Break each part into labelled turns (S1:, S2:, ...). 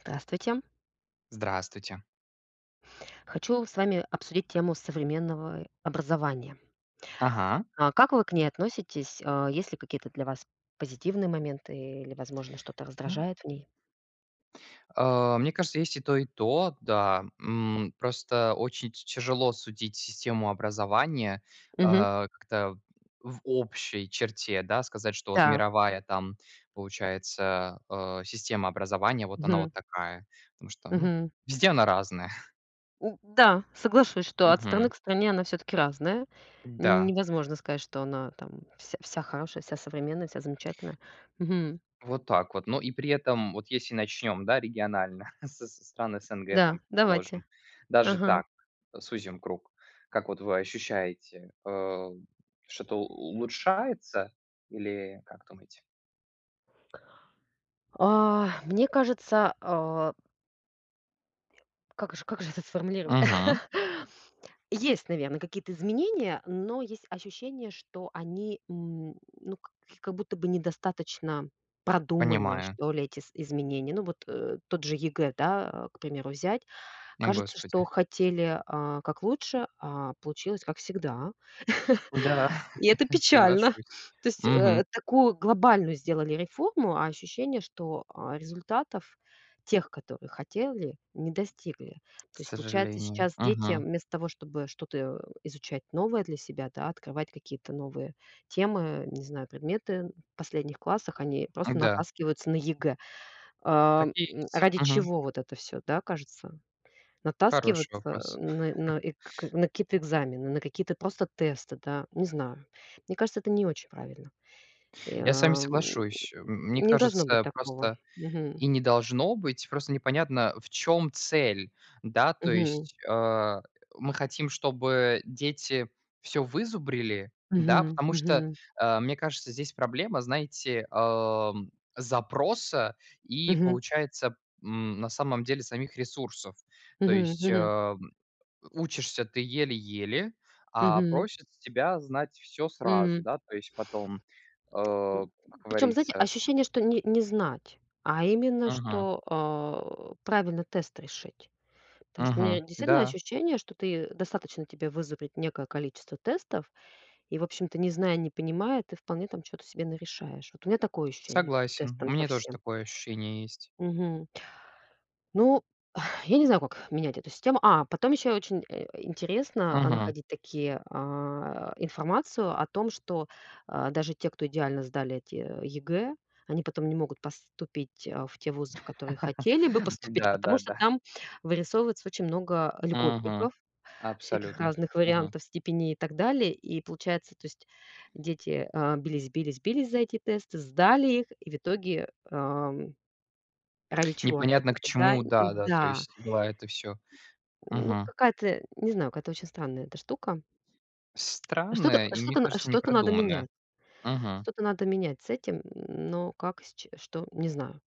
S1: Здравствуйте.
S2: Здравствуйте.
S1: Хочу с вами обсудить тему современного образования.
S2: Ага.
S1: А как вы к ней относитесь? А, есть ли какие-то для вас позитивные моменты или, возможно, что-то
S2: Ну,
S1: раздражает в ней?
S2: мне кажется, есть и то, да. Просто очень т тяжело судить систему образования,
S1: Мгм.
S2: как-то в общей черте, да, сказать, что вот
S1: Так.
S2: мировая там, получается, система образования, вот она
S1: Мгм.
S2: вот такая. Потому что, ну,
S1: Мгм.
S2: везде она разная.
S1: Да, соглашусь, что от страны
S2: Мгм.
S1: к стране она все-таки разная.
S2: Да.
S1: Невозможно сказать, что она там вся хорошая, вся современная, вся замечательная. Мгм.
S2: Вот так вот. Но и при этом, вот если начнем, да, регионально, со стран СНГ,
S1: Да,
S2: там,
S1: давайте.
S2: предположим, даже
S1: Ага.
S2: так, сузим круг, как вот вы ощущаете, что-то у улучшается или как думаете?
S1: А, мне кажется, а, как же это сформулировать?
S2: Мгм.
S1: Есть, наверное, какие-то изменения, но есть ощущение, что они, ну, к как будто бы недостаточно продуманные,
S2: Понимаю.
S1: что ли, эти с изменения. Ну, вот, тот же ЕГЭ, да, к примеру, взять.
S2: О,
S1: Кажется,
S2: господи.
S1: что хотели, а, как лучше, а получилось как всегда.
S2: Да,
S1: И это печально.
S2: соглашусь.
S1: То есть,
S2: Мгм.
S1: такую глобальную сделали реформу, а ощущение, что, а, результатов тех, которые хотели, не достигли.
S2: К
S1: То есть, получается,
S2: сожалению.
S1: сейчас дети
S2: Мгм.
S1: вместо того, чтобы что-то изучать новое для себя, да, открывать какие-то новые темы, не знаю, предметы в последних классах, они просто
S2: Да,
S1: натаскиваются на ЕГЭ. А,
S2: так и есть.
S1: ради
S2: Мгм.
S1: чего вот это все, да, кажется?
S2: Хороший
S1: Натаскиваться
S2: вопрос.
S1: на какие-то экзамены, на какие-то просто тесты, да, не знаю. Мне кажется, это не очень правильно. И,
S2: Я с вами соглашусь. Мне
S1: не должно быть
S2: кажется,
S1: такого.
S2: просто
S1: Мгм.
S2: и не должно быть. Просто непонятно, в чем цель, да. То
S1: Мгм.
S2: есть, мы хотим, чтобы дети все вызубрили, да,
S1: Мгм.
S2: потому что,
S1: Мгм.
S2: мне кажется, здесь проблема, знаете, запроса и,
S1: Мгм.
S2: получается, на самом деле самих ресурсов. То
S1: Мгм.
S2: есть,
S1: Мгм.
S2: учишься ты еле-еле, а
S1: Мгм.
S2: просят тебя знать все сразу, да, то есть потом,
S1: М.
S2: как
S1: Причем, знаете,
S2: говорится.
S1: ощущение, что не знать, а именно,
S2: Мгм.
S1: что, а, правильно тест решить. Потому что у меня
S2: Мгм.
S1: действительно
S2: Да.
S1: ощущение, что ты достаточно тебе вызубрить некое количество тестов, и, в общем-то, не зная, не понимая, ты вполне там что то себе нарешаешь. Вот у меня такое ощущение
S2: Согласен,
S1: тестом
S2: у
S1: ко
S2: меня тоже
S1: всем.
S2: такое ощущение есть.
S1: Мгм. Ну, я не знаю, как менять эту систему. А, потом еще очень, интересно, а,
S2: Мгм.
S1: находить такие, а, информацию о том, что, а, даже те, кто идеально сдали эти ЕГЭ, они потом не могут поступить, а, в те вузы, в которые хотели бы поступить,
S2: Да,
S1: потому
S2: да,
S1: что
S2: да.
S1: там вырисовывается очень много
S2: Мгм.
S1: льготников. Всяких
S2: Абсолютно.
S1: разных
S2: Мгм.
S1: вариантов степеней и так далее. И получается, то есть дети, а, бились, бились, бились за эти тесты, сдали их, и в итоге, ради чего
S2: Непонятно к
S1: опять-таки, да?
S2: чему, да, да, то
S1: Да,
S2: есть была это все.
S1: ну,
S2: Мгм.
S1: какая-то, не знаю, какая-то очень странная эта штука. Что-то
S2: Странное и, мне
S1: что-то на
S2: кажется, непродуманное. Мгм.
S1: что-то надо менять с этим, но как, с ч что, не знаю.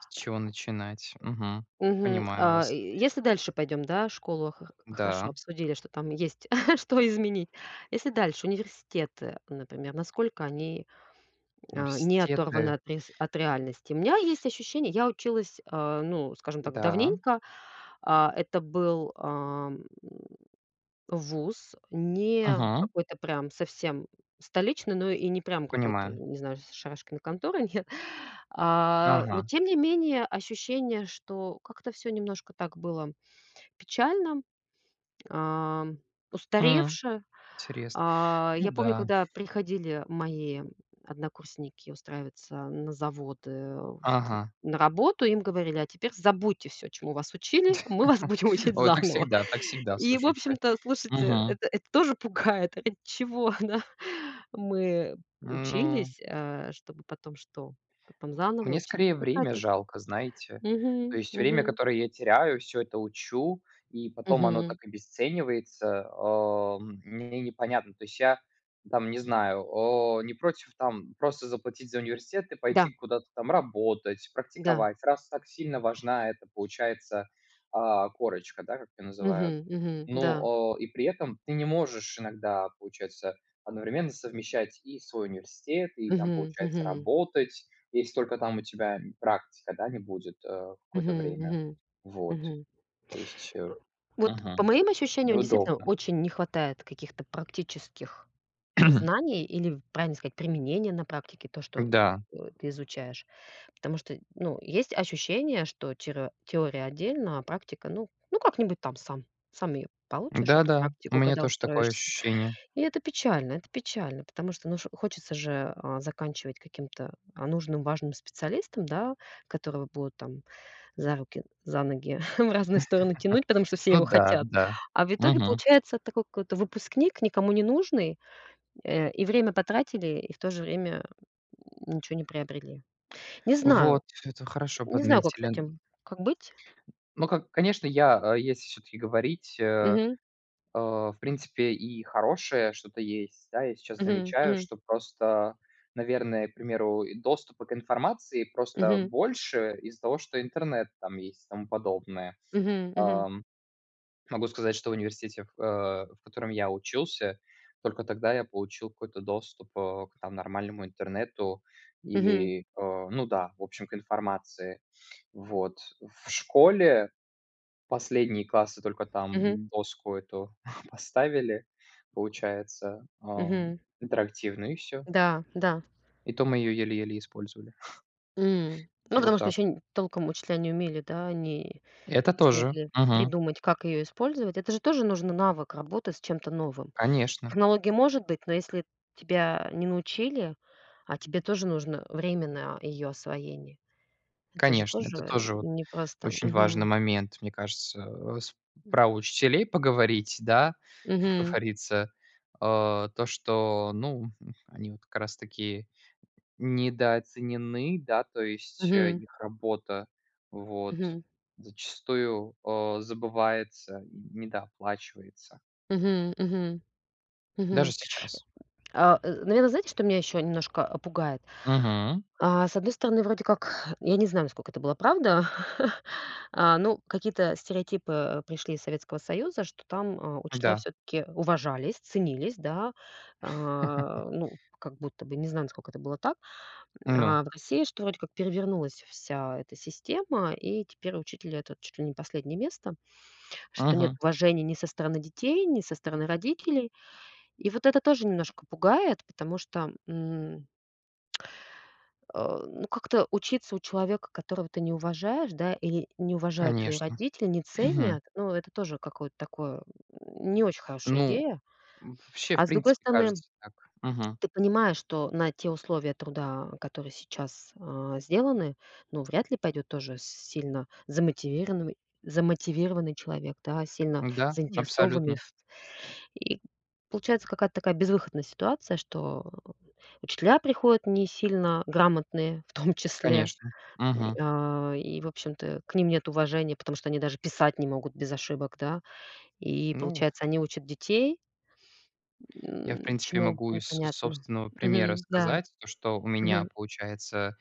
S2: С чего начинать? Мгм.
S1: Мгм.
S2: Понимаю
S1: А,
S2: вас.
S1: и если дальше пойдем, да, школу хо хорошо
S2: Да,
S1: обсудили, что там есть что изменить. Если дальше университеты, например, насколько они а, не оторваны
S2: университеты,
S1: от реальности. У меня есть ощущение, я училась, а, ну, скажем так,
S2: да.
S1: давненько. А, это был, вуз, не
S2: Мгм.
S1: какой-то прям совсем столичный, но и не прям какой-то,
S2: Понимаю.
S1: не знаю, с шарашкиной конторы, нет. А, но
S2: Ага.
S1: тем не менее ощущение, что как-то все немножко так было печально, ам,
S2: М,
S1: устаревшая.
S2: интересно.
S1: А,
S2: Ну
S1: я помню,
S2: да.
S1: когда приходили мои однокурсники устраиваться на заводы, вот
S2: Ага.
S1: на работу, им говорили: "А теперь забудьте все, чему вас учили, мы вас будем учить
S2: Вот
S1: заново".
S2: так всегда,
S1: И, в
S2: слушайте.
S1: общем-то, слушайте,
S2: Мгм.
S1: это тоже пугает. Ради чего, да, мы
S2: Ну,
S1: учились, чтобы потом что? Потом заново
S2: мне
S1: учиться.
S2: скорее время
S1: Какая-то.
S2: жалко, знаете.
S1: Мгм,
S2: То есть время,
S1: мгм.
S2: которое я теряю, все это учу, и потом оно
S1: Мгм.
S2: так обесценивается. Мне непонятно. То есть я там, не знаю, не против там просто заплатить за университет и пойти
S1: Да,
S2: куда-то там работать,
S1: да.
S2: практиковать, раз так сильно важна эта, получается, корочка, да, как ее
S1: Мгм,
S2: называют.
S1: мгм, да.
S2: Ну, и при этом ты не можешь иногда, получается, одновременно совмещать и свой университет, и там,
S1: Мгм,
S2: получается,
S1: мгм,
S2: работать, если только там у тебя практика, да, не будет, в
S1: мгм,
S2: какое-то время.
S1: мгм,
S2: Вот,
S1: мгм.
S2: то есть,
S1: Вот по
S2: мгм,
S1: моим ощущениям, действительно,
S2: неудобно.
S1: очень не хватает каких-то практических знаний или, правильно сказать, применения на практике, то, что,
S2: Да,
S1: ты изучаешь. Потому что, ну, есть ощущение, что тире теория отдельно, а практика, ну, как-нибудь там сам ее получишь, эту
S2: да-да, у
S1: практику,
S2: меня
S1: когда
S2: тоже такое
S1: устроишься.
S2: ощущение.
S1: И это печально, потому что, ну, ш хочется же, а, заканчивать каким-то, а, нужным, важным специалистом, да, которого будут там за руки, за ноги в разные стороны тянуть, потому что все
S2: Ну
S1: его
S2: да,
S1: хотят.
S2: да.
S1: А в итоге
S2: Мгм.
S1: получается такой какой-то выпускник, никому не нужный, и время потратили, и в то же время ничего не приобрели. Не знаю,
S2: Вот, это хорошо
S1: не знаю, как с
S2: подметили.
S1: этим, как быть.
S2: Ну, как конечно, я, если все таки говорить,
S1: Мгм,
S2: в принципе, и хорошее что-то есть. Да, я сейчас
S1: мгм,
S2: замечаю,
S1: мгм,
S2: что просто, наверное, к примеру, и доступа к информации просто
S1: мгм,
S2: больше из-за того, что интернет там есть и тому подобное.
S1: мгм, мгм,
S2: Ам, могу сказать, что в университете, в котором я учился, только тогда я получил какой-то доступ, к там нормальному интернету
S1: мгм,
S2: или, ну да, в общем, к информации. Вот. В школе, последние классы только
S1: мгм,
S2: там доску эту поставили, получается,
S1: мгм.
S2: интерактивную, и всё.
S1: Да, да.
S2: И то мы ее еле-еле использовали.
S1: М. Ну,
S2: Вот
S1: потому что
S2: так.
S1: еще толком учителя не умели, да, они
S2: Это
S1: не
S2: тоже.
S1: смогли
S2: Мгм.
S1: придумать, как ее использовать. Это же тоже нужно навык работы с чем-то новым.
S2: Конечно,
S1: Технология может быть, но если тебя не научили, а тебе тоже нужно время на ее освоение. Это же
S2: конечно. Это
S1: тоже
S2: тоже вот
S1: непросто.
S2: очень важный
S1: Мгм.
S2: момент, мне кажется, э, с про учителей поговорить, да, как
S1: Мгм.
S2: говорится. То, что, ну, они вот как раз таки недооценены, да, то есть,
S1: Мгм.
S2: их работа, вот,
S1: Мгм.
S2: зачастую, забывается и недооплачивается.
S1: Мгм. Мгм.
S2: Даже
S1: Мгм.
S2: сейчас.
S1: А, наверно, знаете, что меня еще немножко пугает?
S2: Мгм.
S1: А, с одной стороны, вроде как, я не знаю, насколько это была правда, а, ну, какие-то стереотипы, пришли из Советского Союза, что там, а, учителя
S2: Да.
S1: все таки уважались, ценились, да, а, ну, как будто бы, не знаю, насколько это было так.
S2: Ну,
S1: А в России, что вроде как перевернулась вся эта система, и теперь учителя это чуть ли не последнее место, что нет
S2: мгм,
S1: уважения ни со стороны детей, ни со стороны родителей. И вот это тоже немножко пугает, потому что, ну, как-то учиться у человека, которого ты не уважаешь, да, или не уважают твои
S2: конечно.
S1: родители, не ценят, ну, это тоже какое-то такое, не очень хорошая
S2: Ну,
S1: идея.
S2: вообще, в
S1: А с другой
S2: принципе,
S1: стороны,
S2: кажется так. Мгм.
S1: ты понимаешь, что на те условия труда, которые сейчас а, сделаны, ну, вряд ли пойдет тоже сильно замотивированный, человек, да, сильно
S2: Да,
S1: заинтересованный.
S2: абсолютно,
S1: И получается какая-то такая безвыходная ситуация, что учителя приходят не сильно грамотные, в том числе,
S2: конечно. Мгм.
S1: а, и, в общем-то, к ним нет уважения, потому что они даже писать не могут без ошибок, да. И,
S2: Ну,
S1: получается, они учат детей,
S2: я, в принципе,
S1: чему
S2: могу из
S1: непонятно.
S2: собственного примера
S1: Мгм, да,
S2: сказать, то, что у меня,
S1: мгм.
S2: получается,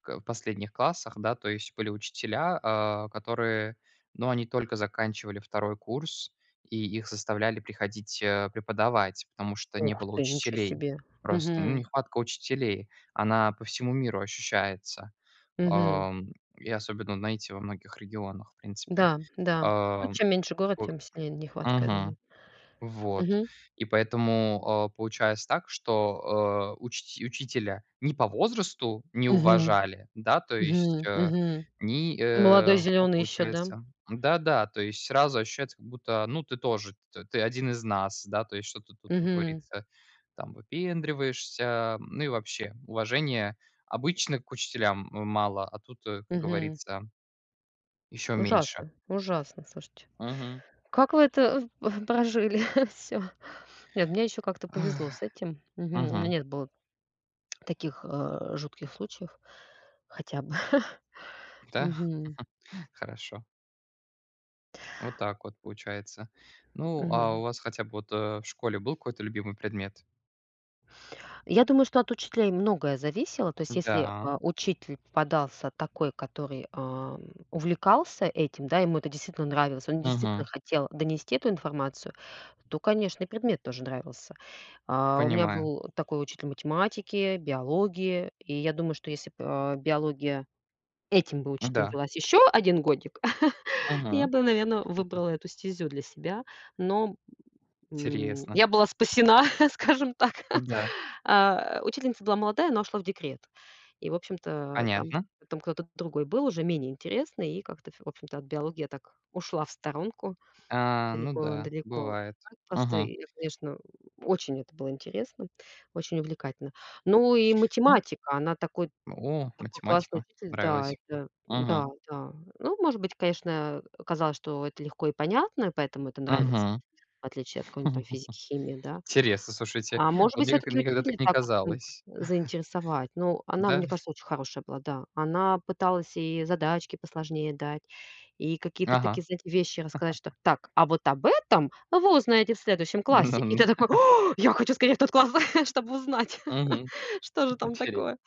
S2: к в последних классах, да, то есть были учителя, которые, ну, они только заканчивали второй курс, и их заставляли приходить, преподавать, потому что не
S1: Ух
S2: было
S1: ты, ничего
S2: учителей.
S1: себе.
S2: Просто, ну,
S1: Мгм,
S2: нехватка учителей, она по всему миру ощущается.
S1: мгм.
S2: Ам, и особенно, знаете, во многих регионах, в принципе.
S1: Да, да. Ну,
S2: Ам,
S1: чем меньше город,
S2: у
S1: тем сильнее нехватка, я думаю.
S2: мгм. Вот.
S1: Мгм,
S2: И поэтому, получается так, что, э, учти учителя ни по возрасту не
S1: мгм,
S2: уважали, да, то есть,
S1: мгм,
S2: э,
S1: мгм.
S2: ни, э,
S1: Молодой
S2: ну,
S1: зеленый еще, да?
S2: получается, да-да, то есть сразу ощущается, как будто, ну, ты тоже, т ты один из нас, да, то есть что ты тут, как
S1: Мгм,
S2: говорится, там выпендриваешься. Ну и вообще, уважение обычно к учителям мало, а тут, как
S1: мгм.
S2: говорится, еще меньше.
S1: Ужасно, ужасно, слушайте.
S2: Мгм.
S1: Как вы это прожили. Все. Нет, мне еще как-то
S2: Ах,
S1: повезло с этим. Мгм. У меня
S2: мгм.
S1: нет было таких, жутких случаев хотя бы.
S2: Да?
S1: Мгм.
S2: Хорошо. Вот так вот получается. Ну, а у
S1: Мгм.
S2: вас хотя бы вот, в школе был какой-то любимый предмет?
S1: Я думаю, что от учителей многое зависело. То есть если,
S2: Да.
S1: а, учитель попадался такой, который, увлекался этим, да, ему это действительно нравилось, он действительно
S2: Мгм.
S1: хотел донести эту информацию, то, конечно, и предмет тоже нравился. А, у меня
S2: Понимаю.
S1: был такой учитель математики, биологии, и я думаю, что если б, а, биология этим бы учителем
S2: Да.
S1: велась еще один годик,
S2: Мгм.
S1: я бы, наверное
S2: Мгм.
S1: выбрала эту стезю для себя, но,
S2: Интересно.
S1: я была спасена, скажем так.
S2: Да.
S1: А, учительница была молодая, она ушла в декрет. И, в общем-то, там
S2: Понятно.
S1: там кто-то другой был, уже менее интересный, и как-то, в общем-то, от биологии я так ушла в сторонку
S2: А, ну да,
S1: далеко-далеко.
S2: бывает.
S1: Так просто
S2: Мгм.
S1: я, конечно, очень это было интересно, очень увлекательно. Ну и
S2: Ну,
S1: математика, она такой такой классный
S2: математика.
S1: учитель, да,
S2: Нравилась.
S1: это да,
S2: Мгм.
S1: да. Ну, может быть, конечно, казалось, что это легко и понятно, и поэтому это нравится,
S2: Мгм.
S1: в отличие от какой-нибудь там физики, химии, да.
S2: Интересно, слушайте.
S1: А может
S2: Вот
S1: быть,
S2: мне
S1: все
S2: как
S1: таки
S2: никогда
S1: учитель
S2: так не
S1: так вот мог
S2: казалось.
S1: заинтересовать? Ну, она,
S2: Да?
S1: мне кажется, очень хорошая была, да. Она пыталась и задачки посложнее дать, и какие-то такие,
S2: Ага.
S1: знаете, вещи рассказать, что: "Так, а вот об этом вы узнаете в следующем
S2: Ну,
S1: классе". И
S2: ну.
S1: ты такой: "О, я хочу скорее в тот класс, чтобы узнать,
S2: Мгм.
S1: что же там
S2: Интере
S1: такое".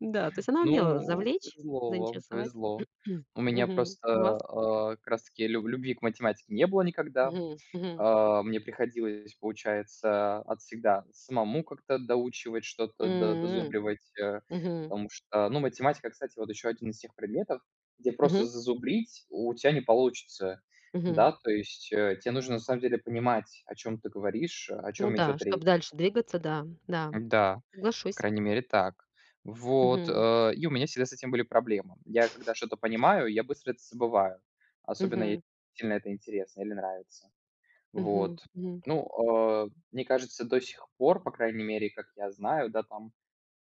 S1: Да, то есть она умела
S2: ну,
S1: завлечь,
S2: повезло вам,
S1: заинтересовать.
S2: повезло. У меня
S1: Мгм.
S2: просто,
S1: У вас?
S2: как раз таки лю любви к математике не было никогда.
S1: Мгм, мгм.
S2: Мне приходилось, получается, от всегда самому как-то доучивать
S1: М,
S2: что-то, до
S1: м,
S2: дозубривать,
S1: мгм,
S2: потому что, ну, математика, кстати, вот еще один из тех предметов, где просто
S1: мгм,
S2: зазубрить у тебя не получится.
S1: мгм.
S2: Да, то есть, э, те нужно на самом деле понимать, о чем ты говоришь, о
S1: Ну
S2: чем
S1: да,
S2: идет речь.
S1: чтобы дальше двигаться, да, да.
S2: Да, по
S1: Соглашусь.
S2: крайней мере, так. Вот,
S1: Мгм.
S2: и у меня всегда с этим были проблемы. Я когда что-то понимаю, я быстро это забываю, особенно если
S1: Мгм.
S2: сильно это интересно или нравится.
S1: Мгм.
S2: Вот.
S1: Мгм.
S2: Ну, мне кажется, до сих пор, по крайней мере, как я знаю, да, там,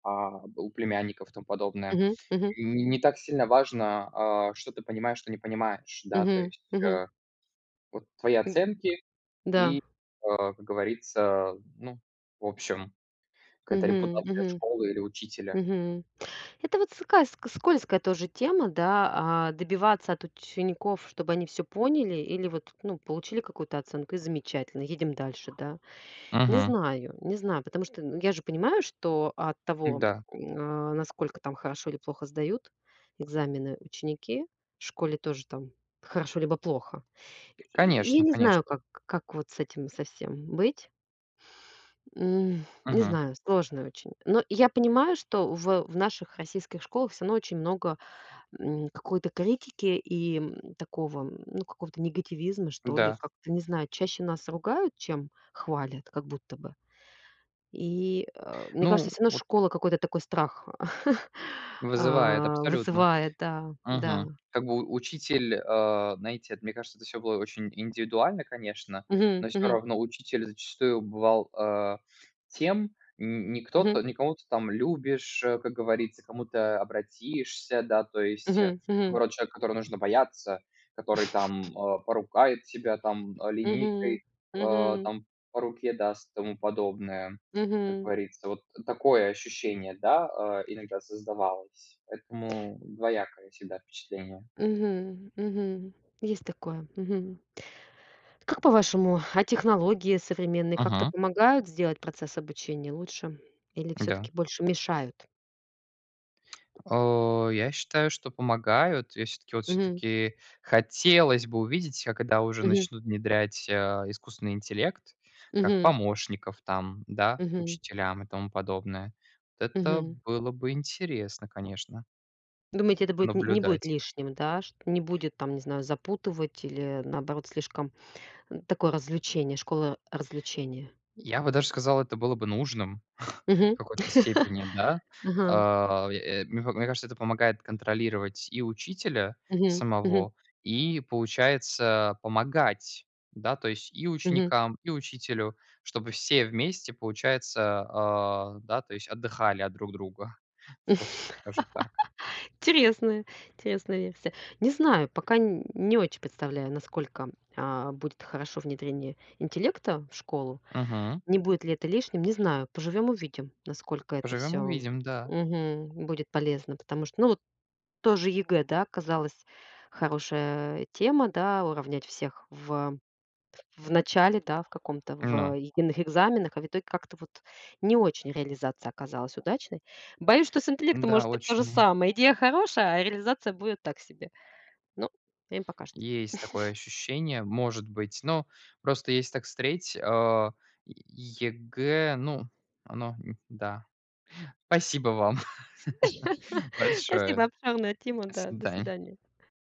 S2: у племянников и тому подобное,
S1: Мгм. Мгм.
S2: н не так сильно важно, что ты понимаешь, что не понимаешь, да, то
S1: Мгм.
S2: есть,
S1: Мгм.
S2: вот твои
S1: М,
S2: оценки
S1: да.
S2: и, как говорится, ну, в общем, какая-то
S1: Мгм.
S2: репутация
S1: Мгм.
S2: школы или учителя.
S1: Мгм. Это вот такая ск скользкая тоже тема, да. А, добиваться от учеников, чтобы они все поняли, или вот, ну, получили какую-то оценку, и замечательно, едем дальше, да. Не
S2: Мгм.
S1: знаю, не знаю, потому что, ну, я же понимаю, что от того,
S2: Да,
S1: а, насколько там хорошо или плохо сдают экзамены ученики, в школе тоже там хорошо либо плохо. И я
S2: конечно,
S1: не знаю,
S2: конечно.
S1: как вот с этим совсем быть. Не
S2: Мгм.
S1: знаю, сложно очень. Но я понимаю, что в наших российских школах все равно очень много, какой-то критики и, такого, ну, какого-то негативизма, что ли.
S2: Да.
S1: Как-то, не знаю, чаще нас ругают, чем хвалят, как будто бы. И, мне кажется,
S2: Ну,
S1: все равно
S2: вот
S1: школа какой-то такой страх,
S2: вызывает
S1: а,
S2: абсолютно.
S1: вызывает, да, да.
S2: Мгм. Как бы у учитель, знаете, это, мне кажется, это все было очень индивидуально, конечно,
S1: Мгм,
S2: но все
S1: мгм,
S2: равно учитель зачастую бывал, тем н не
S1: мгм,
S2: кто-то, не кого ты там любишь, как говорится, кому то обратишься, да, то есть,
S1: мгм, мгм.
S2: наоборот, человек, которого нужно бояться, который там, поругает тебя там,
S1: Мгм,
S2: линейкой, э,
S1: мгм,
S2: там по руке даст, тому подобное. Как
S1: мгм,
S2: говорится, вот такое ощущение, да, иногда создавалось. Поэтому двоякое всегда впечатление.
S1: мгм, мгм. Есть такое. Мгм. Как по-вашему, а технологии современные как-то
S2: Ага,
S1: помогают сделать процесс обучения лучше или все
S2: да.
S1: таки больше мешают?
S2: Я считаю, что помогают. Я все таки вот все
S1: Мгм,
S2: таки хотелось бы увидеть, а когда уже
S1: мгм,
S2: начнут внедрять, искусственный интеллект как
S1: мгм,
S2: помощников там, да,
S1: мгм,
S2: учителям и тому подобное. Вот это
S1: мгм.
S2: было бы интересно, конечно,
S1: Думаете, это будет не будет
S2: наблюдать.
S1: лишним, да? Что не будет там, не знаю, запутывать или, наоборот, слишком, такое развлечение, школа развлечения?
S2: Я бы даже сказал, это было бы нужным. В
S1: Мгм.
S2: какой-то степени, да.
S1: Ага.
S2: Мне мне кажется, это помогает контролировать и учителя
S1: Мгм. Мгм.
S2: самого, и, получается, помогать, да, то есть и
S1: Мгм.
S2: ученикам, и учителю, чтобы все вместе, получается, да, то есть отдыхали от друг друга. Вот, скажу так.
S1: Интересная интересная версия. Не знаю, пока н не очень представляю, насколько, а, будет хорошо внедрение интеллекта в школу.
S2: Угу.
S1: Не будет ли это лишним, не знаю. Поживем- увидим, насколько это
S2: Поживем,
S1: все
S2: увидим, да.
S1: будет полезно. Потому что, ну, тоже ЕГЭ, да, казалось, хорошая тема, да, уравнять всех в начале, да, в каком-то, в
S2: Ну
S1: единых экзаменах, а в итоге как-то вот не очень реализация оказалась удачной. Боюсь, что с интеллектом
S2: да,
S1: может быть то же
S2: очень
S1: самое. Идея хорошая, а реализация будет так себе. Ну, время покажет.
S2: есть такое ощущение, может быть. Но просто если так встретить, ЕГЭ, ну, оно, да. Спасибо вам большое.
S1: Спасибо, обширная тема,
S2: До
S1: да. До
S2: свидания.
S1: свидания.